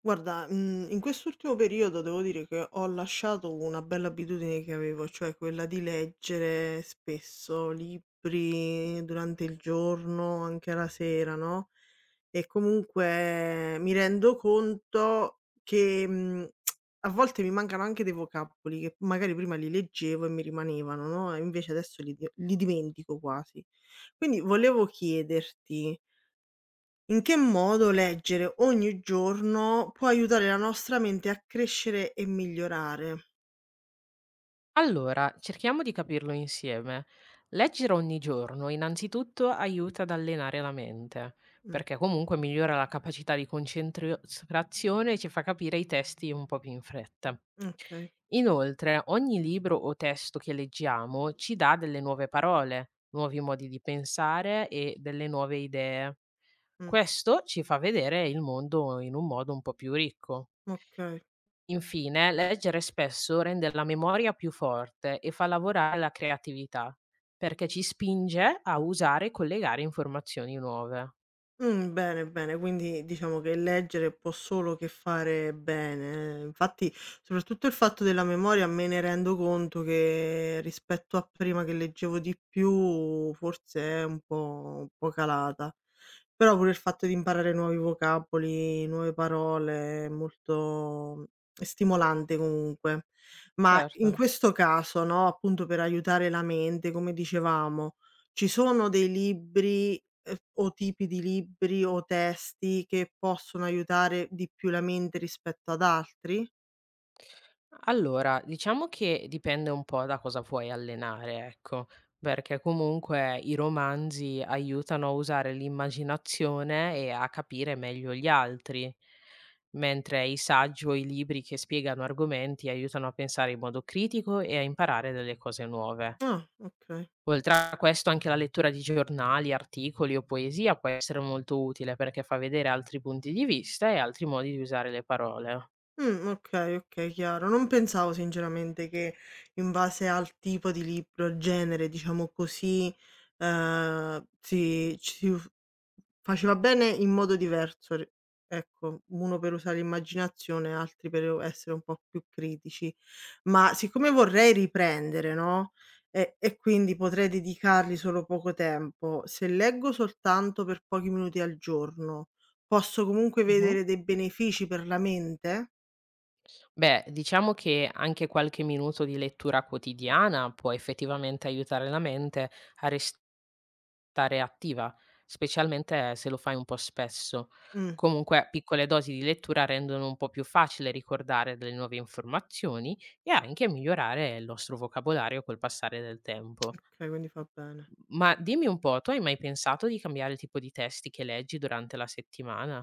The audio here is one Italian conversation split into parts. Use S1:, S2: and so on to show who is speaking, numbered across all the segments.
S1: Guarda, in quest'ultimo periodo devo dire che ho lasciato una bella abitudine che avevo, cioè quella di leggere spesso libri durante il giorno, anche la sera, no, e comunque mi rendo conto che, a volte mi mancano anche dei vocaboli che magari prima li leggevo e mi rimanevano, no, e invece adesso li dimentico quasi. Quindi volevo chiederti in che modo leggere ogni giorno può aiutare la nostra mente a crescere e migliorare?
S2: Allora, cerchiamo di capirlo insieme. Leggere ogni giorno innanzitutto aiuta ad allenare la mente,
S1: Mh,
S2: perché comunque migliora la capacità di concentrazione e ci fa capire i testi un po' più in fretta.
S1: okay,
S2: Inoltre, ogni libro o testo che leggiamo ci dà delle nuove parole, nuovi modi di pensare e delle nuove idee.
S1: mh,
S2: Questo ci fa vedere il mondo in un modo un po' più ricco.
S1: okay.
S2: Infine, leggere spesso rende la memoria più forte e fa lavorare la creatività, perché ci spinge a usare e collegare informazioni nuove.
S1: Bene, bene, quindi diciamo che leggere può solo che fare bene. Eh. Infatti, soprattutto il fatto della memoria me ne rendo conto che rispetto a prima che leggevo di più forse è un po' calata. Però pure il fatto di imparare nuovi vocaboli, nuove parole è molto stimolante comunque. Ma in
S2: Certo.
S1: questo caso, no, appunto per aiutare la mente, come dicevamo ci sono dei libri, o tipi di libri o testi che possono aiutare di più la mente rispetto ad altri?
S2: Allora, diciamo che dipende un po' da cosa vuoi allenare, ecco, perché comunque i romanzi aiutano a usare l'immaginazione e a capire meglio gli altri, mentre i saggi o i libri che spiegano argomenti aiutano a pensare in modo critico e a imparare delle cose nuove.
S1: Ah, okay.
S2: Oltre a questo anche la lettura di giornali, articoli o poesia può essere molto utile perché fa vedere altri punti di vista e altri modi di usare le parole.
S1: Okay, okay, chiaro. Non pensavo sinceramente che in base al tipo di libro, al genere, diciamo così, si ci si f faceva bene in modo diverso, r ecco, uno per usare l'immaginazione, altri per o essere un po' più critici. Ma siccome vorrei riprendere, no, e quindi potrei dedicargli solo poco tempo, se leggo soltanto per pochi minuti al giorno, posso comunque
S2: Mh-mh.
S1: vedere dei benefici per la mente?
S2: Beh, diciamo che anche qualche minuto di lettura quotidiana può effettivamente aiutare la mente a restare attiva, specialmente se lo fai un po' spesso.
S1: Mh,
S2: Comunque piccole dosi di lettura rendono un po' più facile ricordare delle nuove informazioni e anche migliorare il nostro vocabolario col passare del tempo.
S1: okay, quindi fa bene.
S2: Ma dimmi un po', tu hai mai pensato di cambiare il tipo di testi che leggi durante la settimana?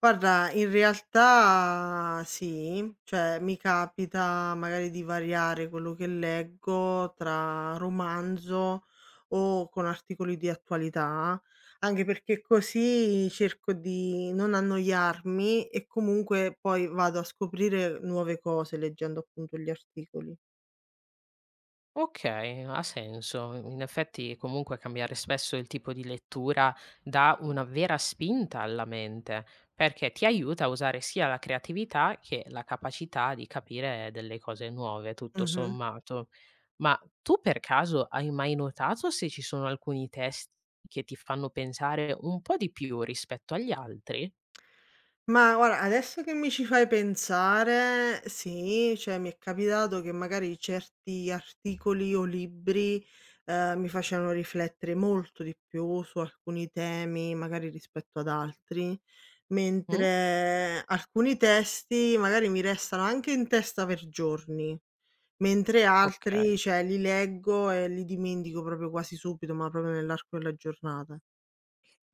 S1: Guarda, in realtà sì, cioè mi capita magari di variare quello che leggo tra romanzo o con articoli di attualità, anche perché così cerco di non annoiarmi e comunque poi vado a scoprire nuove cose leggendo appunto gli articoli.
S2: Okay, ha senso. In effetti comunque cambiare spesso il tipo di lettura dà una vera spinta alla mente, perché ti aiuta a usare sia la creatività che la capacità di capire delle cose nuove, tutto
S1: Mh-mh.
S2: sommato. Ma tu per caso hai mai notato se ci sono alcuni testi che ti fanno pensare un po' di più rispetto agli altri?
S1: Ma guarda, adesso che mi ci fai pensare, sì, cioè mi è capitato che magari certi articoli o libri, mi facevano riflettere molto di più su alcuni temi, magari rispetto ad altri,
S2: Mh?
S1: mentre alcuni testi magari mi restano anche in testa per giorni, mentre altri,
S2: Okay.
S1: cioè, li leggo e li dimentico proprio quasi subito, ma proprio nell'arco della giornata.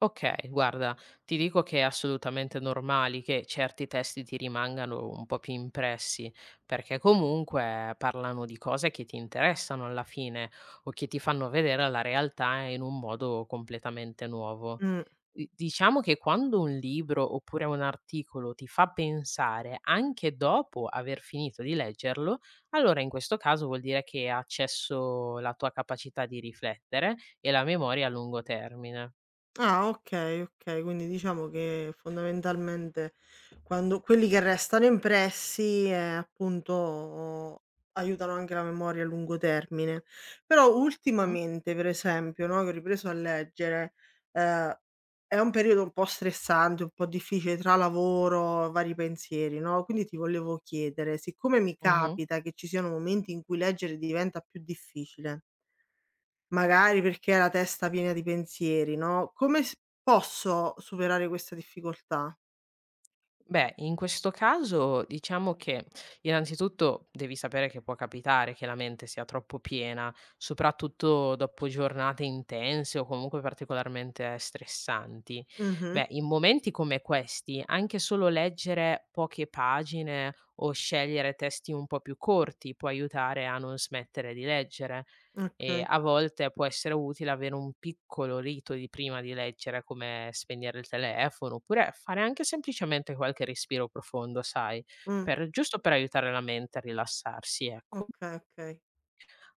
S2: Okay, guarda, ti dico che è assolutamente normali che certi testi ti rimangano un po' più impressi, perché comunque parlano di cose che ti interessano alla fine o che ti fanno vedere la realtà in un modo completamente nuovo.
S1: Mh.
S2: Di diciamo che quando un libro oppure un articolo ti fa pensare anche dopo aver finito di leggerlo, allora in questo caso vuol dire che ha accesso la tua capacità di riflettere e la memoria a lungo termine.
S1: Ah, okay, okay. Quindi diciamo che fondamentalmente quando quelli che restano impressi, appunto aiutano anche la memoria a lungo termine. Però
S2: Mh-mh,
S1: ultimamente, per esempio, no, che ho ripreso a leggere, ehm, è un periodo un po' stressante, un po' difficile tra lavoro, vari pensieri, no, quindi ti volevo chiedere, siccome mi
S2: mh-mh.
S1: capita che ci siano momenti in cui leggere diventa più difficile. Magari perché hai la testa piena di pensieri, no, come s posso superare questa difficoltà?
S2: Beh, in questo caso diciamo che innanzitutto devi sapere che può capitare che la mente sia troppo piena, soprattutto dopo giornate intense o comunque particolarmente stressanti.
S1: Mh-mh.
S2: Beh, in momenti come questi, anche solo leggere poche pagine o scegliere testi un po' più corti può aiutare a non smettere di leggere. E
S1: Okay.
S2: a volte può essere utile avere un piccolo rito di prima di leggere, come spegnere il telefono, oppure fare anche semplicemente qualche respiro profondo, sai,
S1: Mh.
S2: per giusto per aiutare la mente a rilassarsi, ecco.
S1: Okay, okay.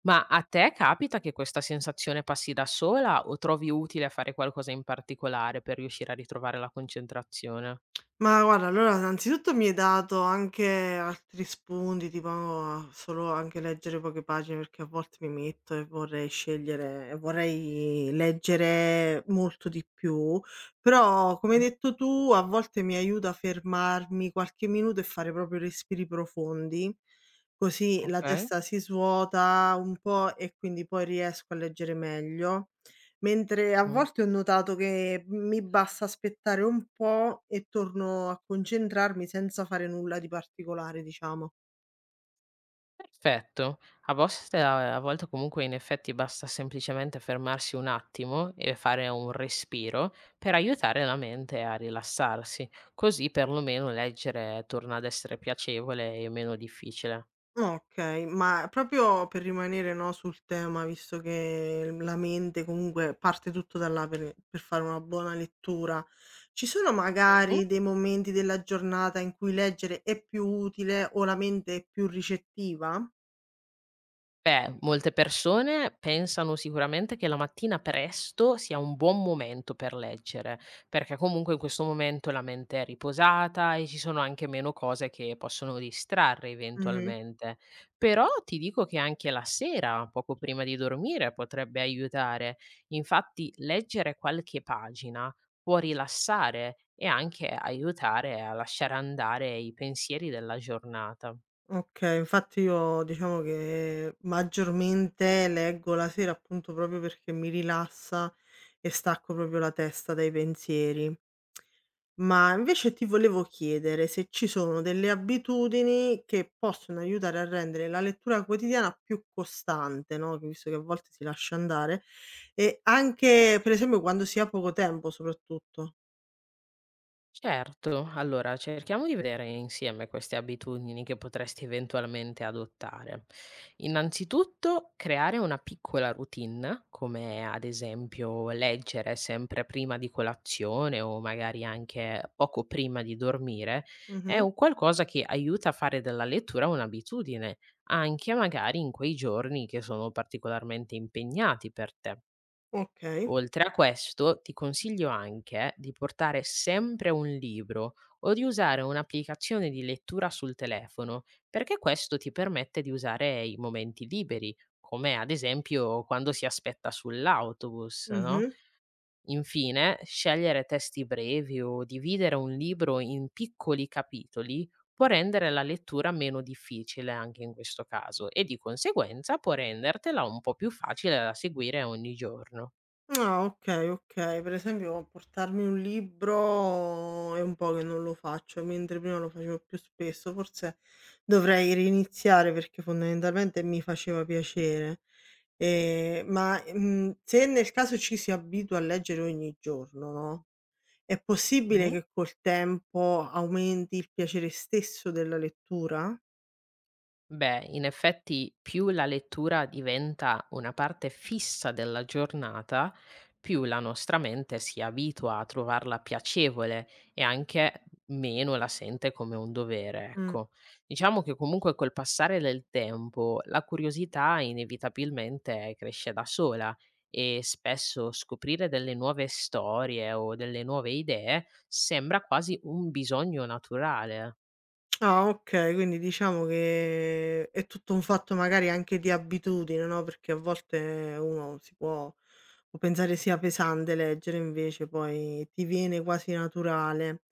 S2: Ma a te capita che questa sensazione passi da sola o trovi utile fare qualcosa in particolare per riuscire a ritrovare la concentrazione?
S1: Ma guarda, allora innanzitutto mi hai dato anche altri spunti, tipo a solo anche leggere poche pagine, perché a volte mi metto e vorrei scegliere e vorrei leggere molto di più, però come hai
S2: Mh,
S1: detto tu, a volte mi aiuta a fermarmi qualche minuto e fare proprio respiri profondi, così la
S2: okay.
S1: testa si svuota un po' e quindi poi riesco a leggere meglio. Mentre a
S2: Mh.
S1: volte ho notato che mi basta aspettare un po' e torno a concentrarmi senza fare nulla di particolare, diciamo.
S2: Perfetto. A voste a volte comunque in effetti basta semplicemente fermarsi un attimo e fare un respiro per aiutare la mente a rilassarsi, così perlomeno leggere torna ad essere piacevole e meno difficile.
S1: Okay, ma proprio per rimanere, no, sul tema, visto che la mente comunque parte tutto da là per fare una buona lettura, ci sono
S2: Mm?
S1: magari dei momenti della giornata in cui leggere è più utile o la mente è più ricettiva?
S2: Beh, molte persone pensano sicuramente che la mattina presto sia un buon momento per leggere, perché comunque in questo momento la mente è riposata e ci sono anche meno cose che possono distrarre
S1: Mh-mh.
S2: eventualmente. Però ti dico che anche la sera, poco prima di dormire, potrebbe aiutare. Infatti, leggere qualche pagina può rilassare e anche aiutare a lasciare andare i pensieri della giornata.
S1: Okay, infatti io diciamo che maggiormente leggo la sera appunto proprio perché mi rilassa e stacco proprio la testa dai pensieri. Ma invece ti volevo chiedere se ci sono delle abitudini che possono aiutare a rendere la lettura quotidiana più costante, no, che visto che a volte si lascia andare, e anche per esempio quando si ha poco tempo soprattutto.
S2: Certo, allora cerchiamo di vedere insieme queste abitudini che potresti eventualmente adottare. Innanzitutto, creare una piccola routine, come ad esempio leggere sempre prima di colazione o magari anche poco prima di dormire, è
S1: Mh-mh.
S2: un qualcosa che aiuta a fare della lettura un'abitudine, anche magari in quei giorni che sono particolarmente impegnati per te.
S1: Okay.
S2: Oltre a questo, ti consiglio anche di portare sempre un libro o di usare un'applicazione di lettura sul telefono, perché questo ti permette di usare i momenti liberi, come ad esempio quando si aspetta sull'autobus, no?
S1: Mh-mh.
S2: Infine, scegliere testi brevi o dividere un libro in piccoli capitoli può rendere la lettura meno difficile anche in questo caso e di conseguenza può rendertela un po' più facile da seguire ogni giorno.
S1: Ah, okay, okay. Per esempio portarmi un libro è un po' che non lo faccio, mentre prima lo facevo più spesso. Forse dovrei riniziare perché fondamentalmente mi faceva piacere. Se nel caso ci si abitua a leggere ogni giorno, no, è possibile
S2: Mhm.
S1: che col tempo aumenti il piacere stesso della lettura?
S2: Beh, in effetti più la lettura diventa una parte fissa della giornata, più la nostra mente si abitua a trovarla piacevole e anche meno la sente come un dovere,
S1: Mh.
S2: ecco. Diciamo che comunque col passare del tempo la curiosità inevitabilmente cresce da sola e spesso scoprire delle nuove storie o delle nuove idee sembra quasi un bisogno naturale.
S1: Ah, okay, quindi diciamo che è tutto un fatto magari anche di abitudine, no, perché a volte uno si può pensare sia pesante leggere, invece poi ti viene quasi naturale.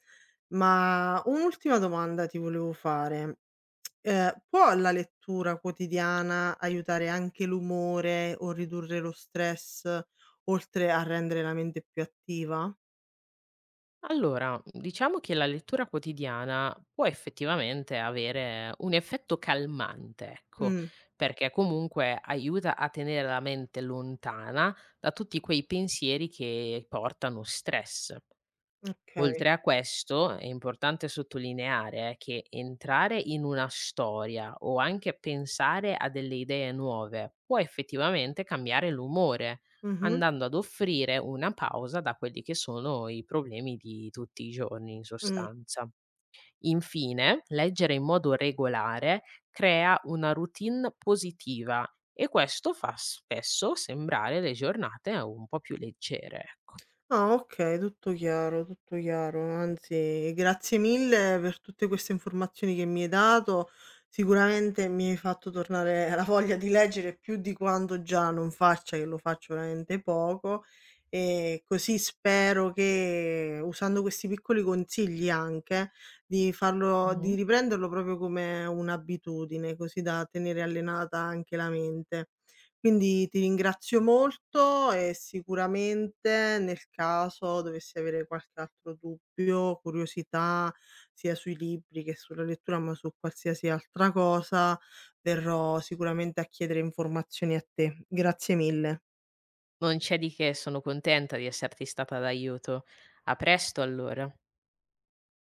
S1: Ma un'ultima domanda ti volevo fare: può la lettura quotidiana aiutare anche l'umore o ridurre lo stress, oltre a rendere la mente più attiva?
S2: Allora, diciamo che la lettura quotidiana può effettivamente avere un effetto calmante, ecco,
S1: Mh,
S2: perché comunque aiuta a tenere la mente lontana da tutti quei pensieri che portano stress.
S1: okay.
S2: Oltre a questo, è importante sottolineare che entrare in una storia o anche pensare a delle idee nuove può effettivamente cambiare l'umore,
S1: Mh-mh,
S2: andando ad offrire una pausa da quelli che sono i problemi di tutti i giorni in
S1: mh.
S2: sostanza. Infine, leggere in modo regolare crea una routine positiva e questo fa spesso sembrare le giornate un po' più leggere, ecco.
S1: Ah, okay, tutto chiaro, tutto chiaro. Anzi, grazie mille per tutte queste informazioni che mi hai dato. Sicuramente mi hai fatto tornare la voglia di leggere più di quanto già non faccia, che lo faccio veramente poco, e così spero che, usando questi piccoli consigli anche, di farlo di
S2: Mhm.
S1: riprenderlo proprio come un'abitudine, così da tenere allenata anche la mente. Quindi ti ringrazio molto e sicuramente nel caso dovessi avere qualche altro dubbio, curiosità, sia sui libri che sulla lettura, ma su qualsiasi altra cosa, verrò sicuramente a chiedere informazioni a te. Grazie mille.
S2: Non c'è di che, sono contenta di esserti stata d'aiuto. A presto allora.